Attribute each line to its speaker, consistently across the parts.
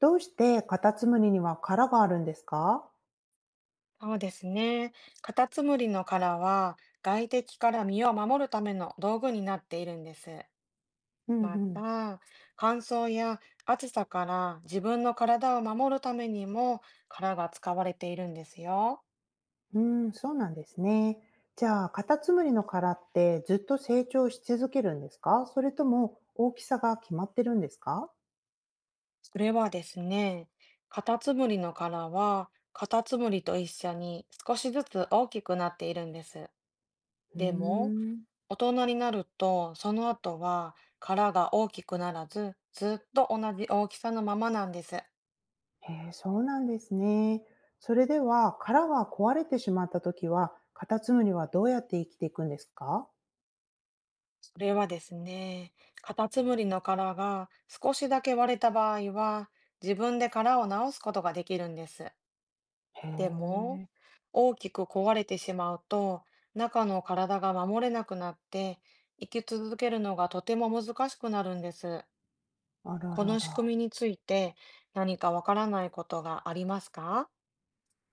Speaker 1: どうしてカタツムリには殻があるんですか？
Speaker 2: そうですね。カタツムリの殻は外敵から身を守るための道具になっているんです。
Speaker 1: うん
Speaker 2: ま
Speaker 1: うん。
Speaker 2: た、乾燥や暑さから自分の体を守るためにも殻が使われているんですよ。
Speaker 1: うーん、そうなんですね。じゃあ、カタツムリの殻ってずっと成長し続けるんですか？それとも大きさが決まってるんですか？
Speaker 2: それはですね、カタツムリの殻はカタツムリと一緒に少しずつ大きくなっているんです。
Speaker 1: うん。う
Speaker 2: でも、
Speaker 1: ーん。
Speaker 2: 大人になるとその後は殻が大きくならず、ずっと同じ大きさのままなんです。
Speaker 1: へえ、そうなんですね。それでは、殻が壊れてしまったときは、カタツムリはどうやって生きていくんですか？
Speaker 2: それはですね、カタツムリの殻が少しだけ割れた場合は、自分で殻を直すことができるんです。
Speaker 1: へ
Speaker 2: でも、
Speaker 1: え。
Speaker 2: 大きく壊れてしまうと、中の体が守れなくなって、生き続けるのがとても難しくなるんです。
Speaker 1: あら
Speaker 2: こ
Speaker 1: ら
Speaker 2: の仕
Speaker 1: ら。
Speaker 2: 組みについて何かわからないことがありますか？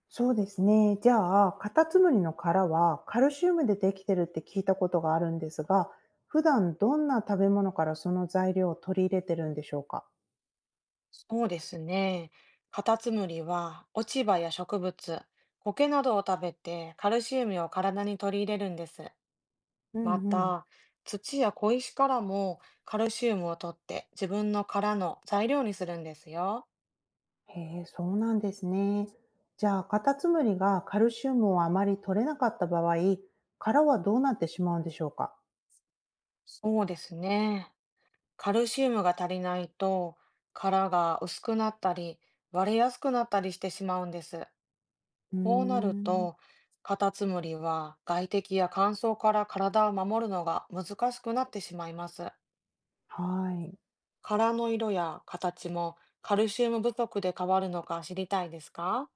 Speaker 1: そうですね。じゃあ、カタツムリの殻はカルシウムでできてるって聞いたことがあるんですが、普段どんな食べ物からその材料を取り入れてるんでしょうか？
Speaker 2: そうですね。カタツムリは落ち葉や植物、苔などを食べてカルシウムを体に取り入れるんです。
Speaker 1: う
Speaker 2: ま
Speaker 1: んうん。
Speaker 2: た、土や小石からもカルシウムを取って自分の殻の材料にするんですよ。
Speaker 1: へえ、そうなんですね。じゃあ、カタツムリがカルシウムをあまり取れなかった場合、殻はどうなってしまうんでしょうか？
Speaker 2: そうですね。カルシウムが足りないと殻が薄くなったり、割れやすくなったりしてしまうんです。
Speaker 1: うー
Speaker 2: こうなる
Speaker 1: ん。
Speaker 2: と、カタツムリは外敵や乾燥から体を守るのが難しくなってしまいます。
Speaker 1: はい。
Speaker 2: 殻の色や形もカルシウム不足で変わるのか知りたいですか？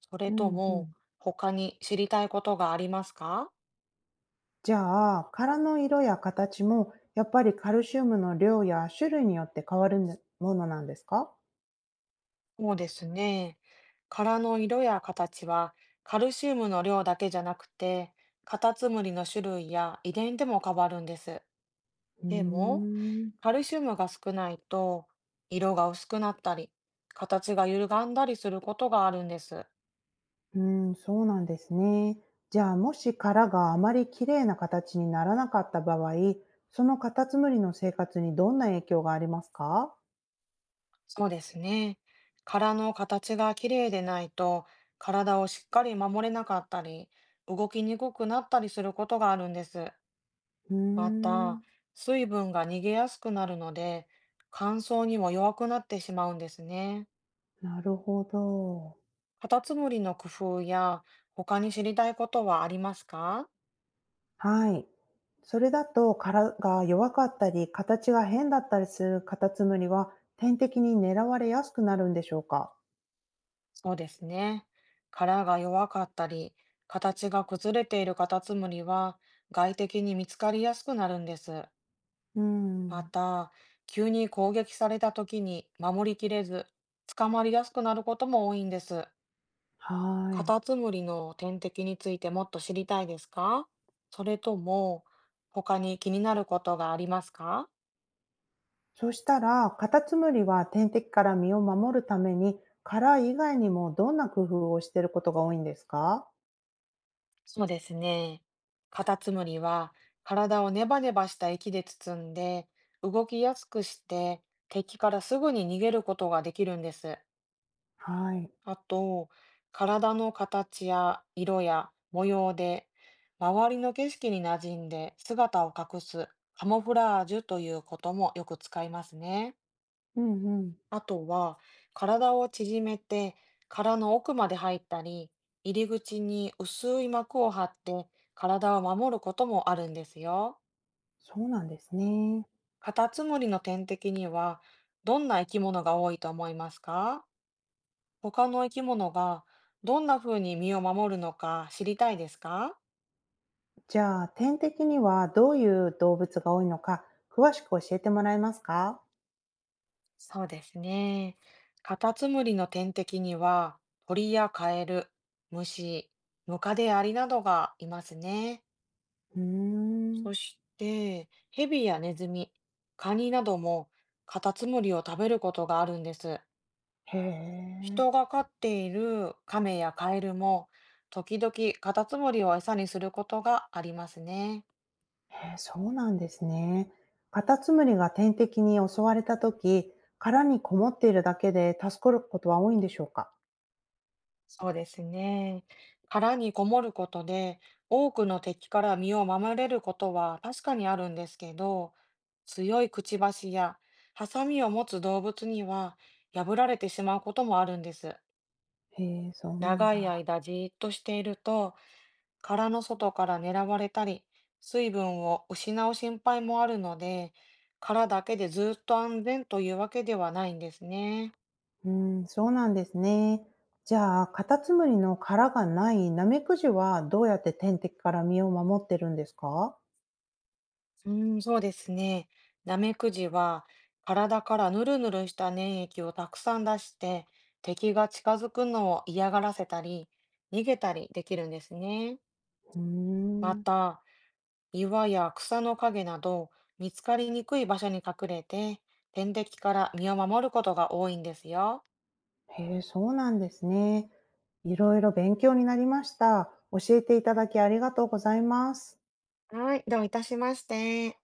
Speaker 2: それ
Speaker 1: う
Speaker 2: と
Speaker 1: んう
Speaker 2: も
Speaker 1: ん。
Speaker 2: 他に知りたいことがありますか？
Speaker 1: じゃあ、殻の色や形も、やっぱりカルシウムの量や種類によって変わるものなんですか？
Speaker 2: そうですね。殻の色や形はカルシウムの量だけじゃなくて、カタツムリの種類や遺伝でも変わるんです。
Speaker 1: うー
Speaker 2: でも、
Speaker 1: ん、
Speaker 2: カルシウムが少ないと色が薄くなったり、形が歪んだりすることがあるんです。
Speaker 1: うん、そうなんですね。じゃあ、もし殻があまり綺麗な形にならなかった場合、そのカタツムリの生活にどんな影響がありますか？
Speaker 2: そうですね。殻の形が綺麗でないと、体をしっかり守れなかったり、動きにくくなったりすることがあるんです。
Speaker 1: うー
Speaker 2: ま
Speaker 1: ん、
Speaker 2: た、水分が逃げやすくなるので、乾燥にも弱くなってしまうんですね。
Speaker 1: なるほど。
Speaker 2: カタツムリの工夫や、他に知りたいことはありますか？
Speaker 1: はい。それだと殻が弱かったり、形が変だったりするカタツムリは、天敵に狙われやすくなるんでしょうか？
Speaker 2: そうですね。殻が弱かったり、形が崩れているカタツムリは、外敵に見つかりやすくなるんです。
Speaker 1: う
Speaker 2: ま
Speaker 1: ん、
Speaker 2: た、急に攻撃された時に守りきれず、捕まりやすくなることも多いんです。
Speaker 1: は
Speaker 2: カ
Speaker 1: い。
Speaker 2: タツムリの天敵についてもっと知りたいですか？それとも、他に気になることがありますか？
Speaker 1: そしたら、カタツムリは天敵から身を守るために、殻以外にもどんな工夫をしていることが多いんですか？
Speaker 2: そうですね。カタツムリは体をネバネバした液で包んで、動きやすくして敵からすぐに逃げることができるんです。
Speaker 1: はい。
Speaker 2: あと、体の形や色や模様で、周りの景色に馴染んで姿を隠すカモフラージュということもよく使いますね。
Speaker 1: うんうん。
Speaker 2: あとは、体を縮めて殻の奥まで入ったり、入り口に薄い膜を張って体を守ることもあるんですよ。
Speaker 1: そうなんですね。
Speaker 2: カタツムリの天敵には、どんな生き物が多いと思いますか？他の生き物がどんな風に身を守るのか知りたいですか？
Speaker 1: じゃあ、天敵にはどういう動物が多いのか、詳しく教えてもらえますか？
Speaker 2: そうですね。カタツムリの天敵には鳥やカエル、虫、ムカデアリなどがいますね。
Speaker 1: うーん。
Speaker 2: そしてヘビやネズミ、カニなどもカタツムリを食べることがあるんです。
Speaker 1: へえ。
Speaker 2: 人が飼っているカメやカエルも時々カタツムリを餌にすることがありますね。
Speaker 1: へえ、そうなんですね。カタツムリが天敵に襲われたとき、殻にこもっているだけで助かることは多いんでしょうか？
Speaker 2: そうですね。殻にこもることで、多くの敵から身を守れることは確かにあるんですけど、強いくちばしやハサミを持つ動物には破られてしまうこともあるんです。
Speaker 1: へえ、そうなん
Speaker 2: 長い
Speaker 1: だ。
Speaker 2: 間じーっとしていると、殻の外から狙われたり、水分を失う心配もあるので、殻だけでずっと安全というわけではないんですね。
Speaker 1: うん、そうなんですね。じゃあ、カタツムリの殻がないナメクジはどうやって天敵から身を守ってるんですか？
Speaker 2: うん、そうですね。ナメクジは体からヌルヌルした粘液をたくさん出して、敵が近づくのを嫌がらせたり、逃げたりできるんですね。
Speaker 1: うー
Speaker 2: ま
Speaker 1: ん。
Speaker 2: た、岩や草の陰など、見つかりにくい場所に隠れて、天敵から身を守ることが多いんですよ。
Speaker 1: へえ、そうなんですね。いろいろ勉強になりました。教えていただきありがとうございます。
Speaker 2: はい、どういたしまして。